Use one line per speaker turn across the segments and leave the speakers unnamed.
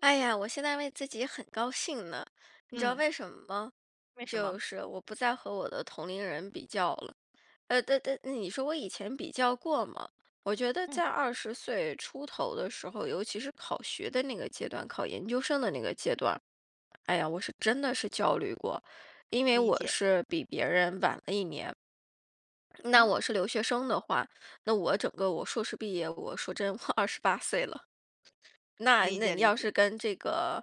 哎呀，我现在为自己很高兴呢，你知道
嗯，
为什么吗？
为什
就
么？
是我不再和我的同龄人比较了。但你说我以前比较过吗？我觉得
嗯。
在20岁出头的时候，尤其是考学的那个阶段，考研究生的那个阶段，哎呀，我是真的是焦虑过，因为
理
我
解。
是比别人晚了一年。那
啊。
我是留学生的话，那我整个我硕士毕业，我说真，我二十八岁了。那
理
那
解
你
理
要是
解。
跟这个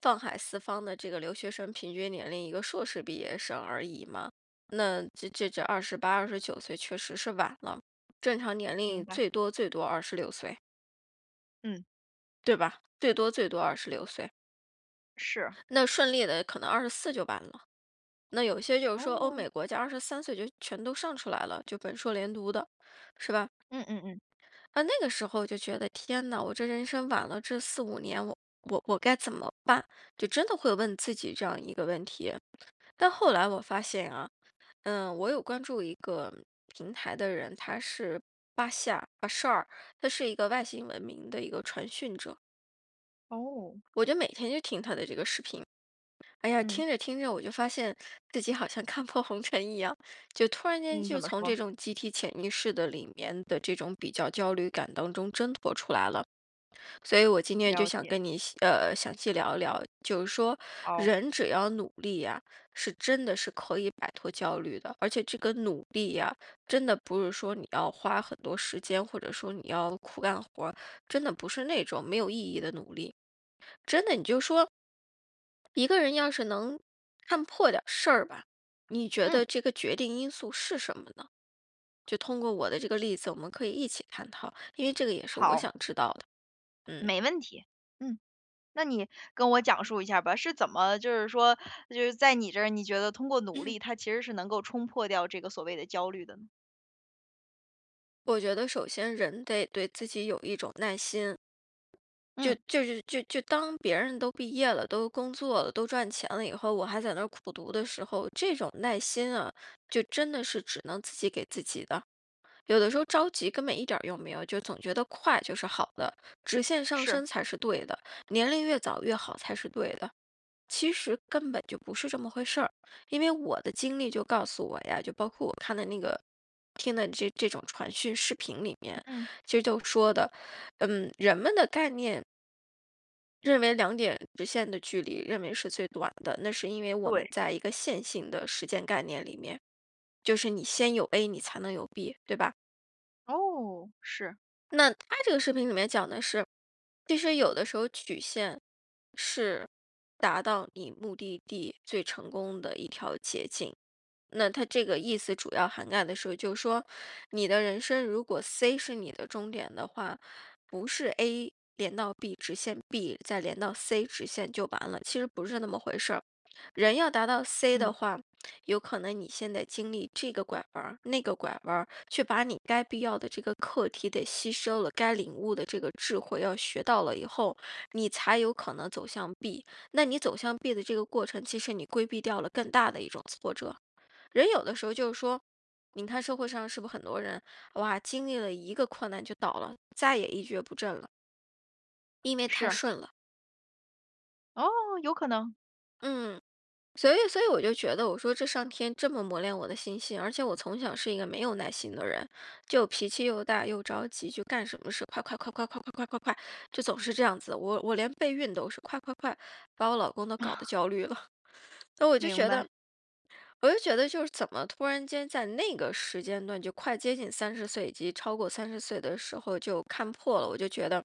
放海四方的这个留学生平均年龄一个硕士毕业生而已嘛，那这28、29岁确实是晚了，正常年
明
龄
白。
最多最多二十六岁，
嗯。
对吧？最多最多二十六岁，
是。
那顺利的可能24就完了。那有些就是说欧
哦。
美国家23岁就全都上出来了，就本硕连读的，是吧？
嗯嗯嗯。
啊，那个时候就觉得天呐，我这人生晚了这4、5年，我该怎么办？就真的会问自己这样一个问题。但后来我发现啊，我有关注一个平台的人，他是巴夏巴舍尔，他是一个外星文明的一个传讯者。
哦。
我就每天就听他的这个视频，哎呀，
嗯。
听着听着，我就发现自己好像看破红尘一样，就突然间
嗯，
就
怎么
从这
说？
种集体潜意识的里面的这种比较焦虑感当中挣脱出来了。所以我今天就
了
想
解。
跟你详细聊一聊，就是说
哦。
人只要努力呀、是真的是可以摆脱焦虑的，而且这个努力呀、真的不是说你要花很多时间，或者说你要苦干活儿，真的不是那种没有意义的努力，真的你就说一个人要是能看破点儿事儿吧，你觉
嗯。
得这个决定因素是什么呢？就通过我的这个例子，我们可以一起探讨，因为这个也是我
好，
想知道的。嗯
没问题。嗯，那你跟我讲述一下吧，是怎么就是说就是在你这儿，你觉得通过努力，它其实是能够冲破掉这个所谓的焦虑的呢？
我觉得首先人得对自己有一种耐心，就
嗯。
就是就就当别人都毕业了、都工作了、都赚钱了以后，我还在那儿苦读的时候，这种耐心啊，就真的是只能自己给自己的。有的时候着急根本一点儿用没有，就总觉得快就是好的，直线上
是。
升才是对的，年龄越早越好才是对的。其实根本就不是这么回事儿，因为我的经历就告诉我呀，就包括我看的那个、听的这种传讯视频里
嗯
面，
嗯。
其实就说的，人们的概念认为两点直线的距离认为是最短的，那是因为我们
对。
在一个线性的时间概念里面，就是你先有 A，你才能有 B，对吧？
哦。是。
那他这个视频里面讲的是，其实有的时候曲线是达到你目的地最成功的一条捷径。那它这个意思主要涵盖的是，就是说你的人生如果 C 是你的终点的话，不是 A 连到 B 直线，B 再连到 C 直线就完了，其实不是那么回事儿。人要达到 C 的
嗯。
话，有可能你现在经历这个拐弯儿、那个拐弯儿，却把你该必要的这个课题得吸收了，该领悟的这个智慧要学到了以后，你才有可能走向 B。那你走向 B 的这个过程，其实你规避掉了更大的一种挫折。人有的时候就是说，你看社会上是不是很多人哇，经历了一个困难就倒了，再也一蹶不振了，因为太
是。
顺了。
哦。有可能。
嗯，所以我就觉得，我说这上天这么磨练我的心性，而且我从小是一个没有耐心的人，就脾气又大又着急，就干什么事快快快快快快快快快，就总是这样子。我连备孕都是快快快，把我老公都搞得焦虑了。那我就
明
觉得，
白。
我就觉得就是怎么突然间在那个时间段，就快接近三十岁以及超过三十岁的时候就看破了，我就觉得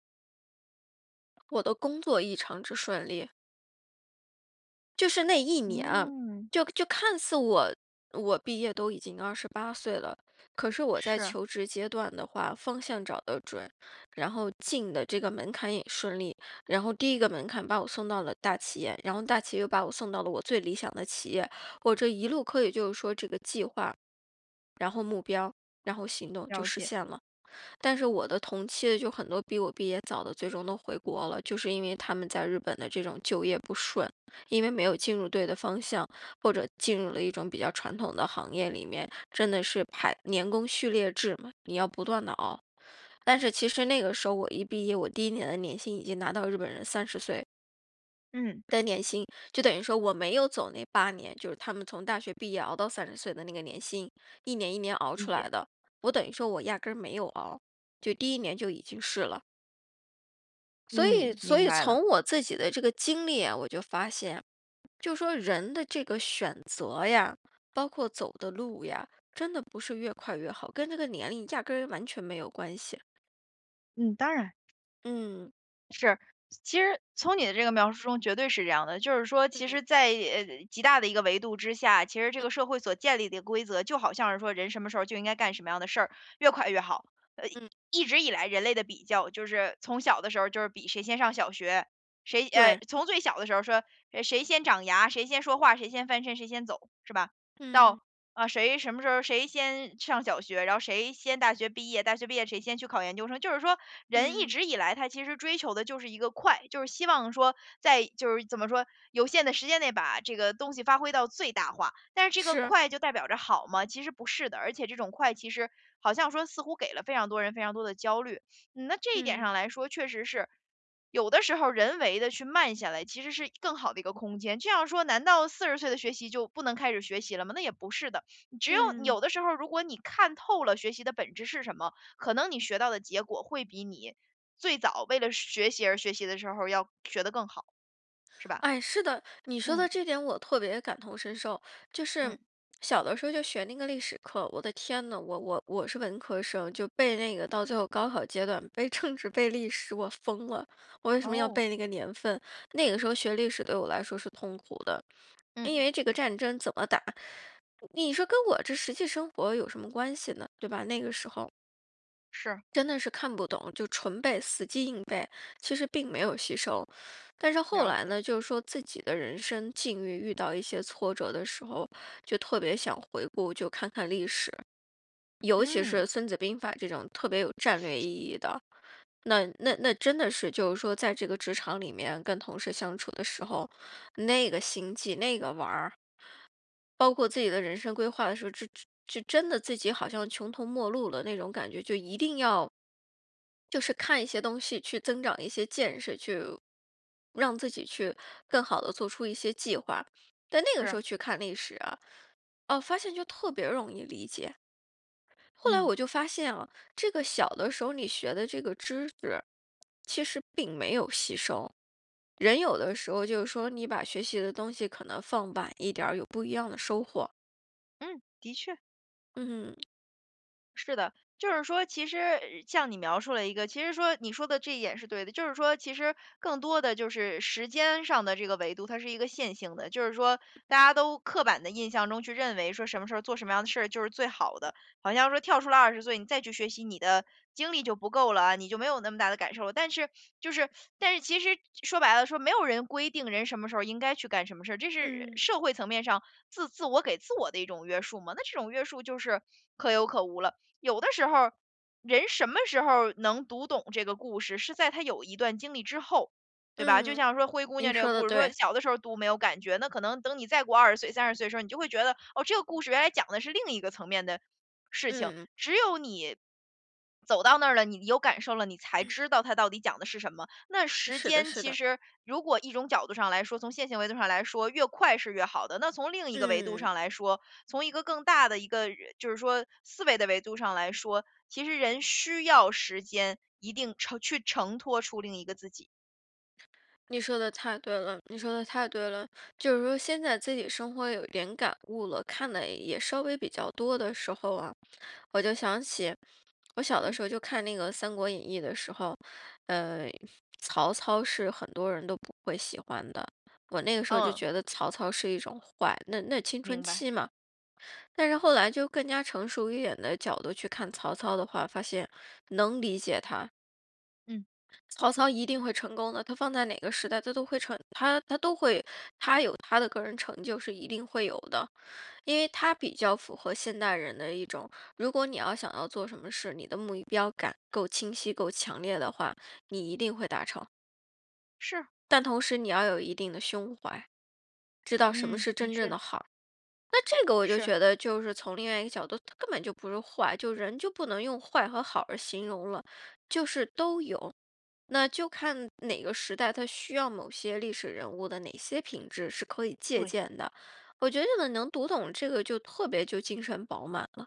我的工作异常之顺利。就是那一年啊，
嗯。
就看似我毕业都已经二十八岁了，可是我在
是。
求职阶段的话，方向找得准，然后进的这个门槛也顺利，然后第一个门槛把我送到了大企业，然后大企业又把我送到了我最理想的企业，我这一路可以就是说这个计划，然后目标，然后行动就
了
实
解。
现了。但是我的同期的就很多比我毕业早的，最终都回国了，就是因为他们在日本的这种就业不顺，因为没有进入对的方向，或者进入了一种比较传统的行业里面，真的是排年功序列制嘛，你要不断的熬。但是其实那个时候我一毕业，我第一年的年薪已经拿到日本人三十岁
嗯。
薪，就等于说我没有走那8年，就是他们从大学毕业熬到三十岁的那个年薪，一年一年熬
理
出来
解。
的。我等于说我压根儿没有熬，就第一年就已经是了。所以
嗯，
所
明
以
白了。
从我自己的这个经历啊，我就发现，就说人的这个选择呀，包括走的路呀，真的不是越快越好，跟这个年龄压根儿完全没有关系。
嗯，当然。
嗯，
是，其实从你的这个描述中绝对是这样的，就是说其实在，极大的一个维度之下，其实这
嗯
个社会所建立的规则，就好像是说人什么时候就应该干什么样的事儿，越快越好。呃，
嗯，
一直以来人类的比较就是从小的时候就是比谁先上小学，
对。
从最小的时候说，谁先长牙，谁先说话，谁先翻身，谁先走，是吧？到
嗯
啊，谁什么时候谁先上小学，然后谁先大学毕业，大学毕业谁先去考研究生。就是说，人一
嗯，
直以来他其实追求的就是一个快，就是希望说在就是怎么说有限的时间内把这个东西发挥到最大化。但是这个
是，
快就代表着好吗？其实不是的，而且这种快其实好像说似乎给了非常多人非常多的焦虑。嗯，那这一点上
嗯
来说，确实是。有的时候人为的去慢下来，其实是更好的一个空间。这样说，难道40岁的学习就不能开始学习了吗？那也不是的。只有
嗯。
有的时候，如果你看透了学习的本质是什么，可能你学到的结果会比你最早为了学习而学习的时候要学得更好，是吧？
哎，是的，你说
嗯。
的这点我特别感同身受。就
嗯
是小的时候就学那个历史课，我的天呐，我是文科生，就背那个到最后高考阶段背政治背历史，我疯了。我为什么要
哦。
背那个年份？那个时候学历史对我来说是痛苦的，
嗯。
因为这个战争怎么打，你说跟我这实际生活有什么关系呢？对吧？那个时候。
是。
真的是看不懂，就纯背，死记硬背，其实并没有吸收。但是后
了
来
解。
呢，就是说自己的人生境遇遇到一些挫折的时候，就特别想回顾，就看看历史，尤其是
嗯。
《孙子兵法》这种特别有战略意义的。那真的是，就是说，在这个职场里面跟同事相处的时候，那个心计，那个玩儿，包括自己的人生规划的时候，就真的自己好像穷途末路了那种感觉，就一定要就是看一些东西去增长一些见识，去让自己去更好的做出一些计划。但那个时
是。
候去看历史啊，哦，发现就特别容易理解。后来
嗯
我就发现啊，这个小的时候你学的这个知识，其实并没有吸收。人有的时候就是说，你把学习的东西可能放晚一点儿，有不一样的收获。
嗯。的确。
嗯。
是的，就是说，其实像你描述了一个，其实说你说的这一点是对的，就是说，其实更多的就是时间上的这个维度，它是一个线性的，就是说，大家都刻板的印象中去认为说什么时候做什么样的事儿就是最好的，好像说跳出了二十岁，你再去学习，你的精力就不够了啊，你就没有那么大的感受了。但是就是，但是其实说白了，说没有人规定人什么时候应该去干什么事儿，这是
嗯。
社会层面上自自我给自我的一种约束嘛，那这种约束就是可有可无了。有的时候人什么时候能读懂这个故事，是在他有一段经历之后，对吧？就
嗯，
像说灰姑
你
娘这个
说的
故事，说
对，
小的时候读没有感觉，那可能等你再过二十岁、30岁的时候，你就会觉得，哦，这个故事原来讲的是另一个层面的事情。
嗯，
只有你走到那儿了，你有感受了，你才知道它到底讲的是什么。那时
是的，
间
是
其
的，
实如果一种角度上来说，从线性维度上来说，越快是越好的。那从另一个维度
嗯，
上来说，从一个更大的一个就是说思维的维度上来说，其实人需要时间一定承去承托出另一个自己。
你说的太对了，你说的太对了。就是说，现在自己生活有一点感悟了，看的也稍微比较多的时候啊，我就想起我小的
嗯
时候就看那个《三国演义》的时候，呃，曹操是很多人都不会喜欢的。我那个时候就
嗯，
觉得曹操是一种坏，那青春
明白。
期嘛。但是后来就更加成熟一点的角度去看曹操的话，发现能理解他，
嗯。
曹操一定会成功的，他放在哪个时代，他都会成，他都会，他有他的个人成就是一定会有的，因为他比较符合现代人的一种，如果你要想要做什么事，你的目标感够清晰、够强烈的话，你一定会达成。
是。
但同时，你要有一定的胸怀，知道什么
嗯，
是
的
真正
确。
的好。那这个我就
是。
觉得，就是从另外一个角度，它根本就不是坏，就人就不能用坏和好而形容了，就是都有。那就看哪个时代它需要某些历史人物的哪些品质是可以借
对。
鉴的。我觉得能读懂这个就特别就精神饱满了。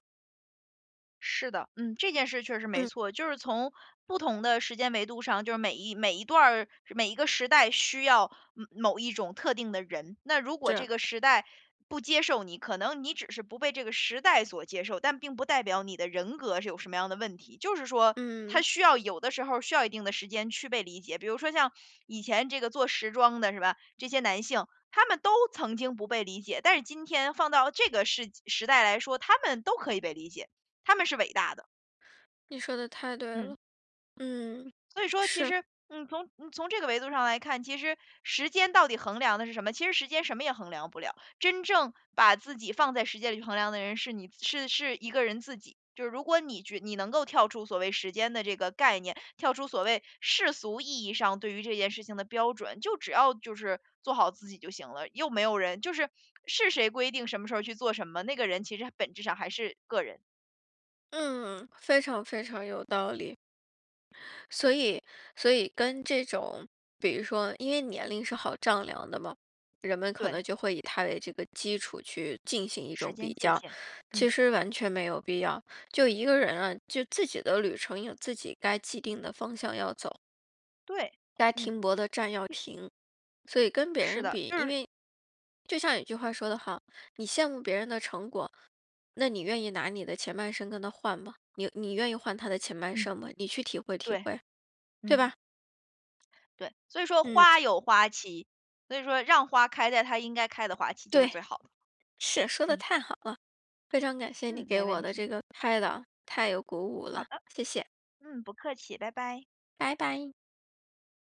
是的，嗯，这件事确实没
嗯，
错，就是从不同的时间维度上，就是每一每一段儿每一个时代需要嗯某一种特定的人。那如果这
是，
个时代不接受你，可能你只是不被这个时代所接受，但并不代表你的人格是有什么样的问题。就是说，它
嗯，
需要有的时候需要一定的时间去被理解。比如说像以前这个做时装的是吧，这些男性。他们都曾经不被理解，但是今天放到这个世时代来说，他们都可以被理解。他们是伟大的。
你说的太对
嗯，
了，嗯，
所以说其
是，
实，嗯，从嗯从这个维度上来看，其实时间到底衡量的是什么？其实时间什么也衡量不了，真正把自己放在时间里去衡量的人是你，是是一个人自己。就是如果你觉你能够跳出所谓时间的这个概念，跳出所谓世俗意义上对于这件事情的标准，就只要就是做好自己就行了，又没有人就是是谁规定什么时候去做什么，那个人其实本质上还是个人，
嗯，非常非常有道理。所以，所以跟这种，比如说，因为年龄是好丈量的嘛，人们可
对
能就会以他为这个基础去进行一
时
种比
间界
较，
限。嗯。
其实完全没有必要。就一个人啊，就自己的旅程有自己该既定的方向要走，
对。
该
嗯，
停泊的站要停，所以跟别
是
人
的，
比，
就
因
是
为就像有句话说得好，你羡慕别人的成果，那你愿意拿你的前半生跟他换吗？你愿意换他的前半
嗯，
生吗？你去体会体
对，
会，对
嗯，
吧？
对，所以说
嗯。
花有花期，所以说让花开在它应该开的花期就是
对，
最好的。
是，说的
嗯。
太好了，非常感谢你
嗯，
给
没问
我的
题。
这个开导，太有鼓舞
好
了，
的。
谢谢，
嗯，不客气。拜拜。
拜拜。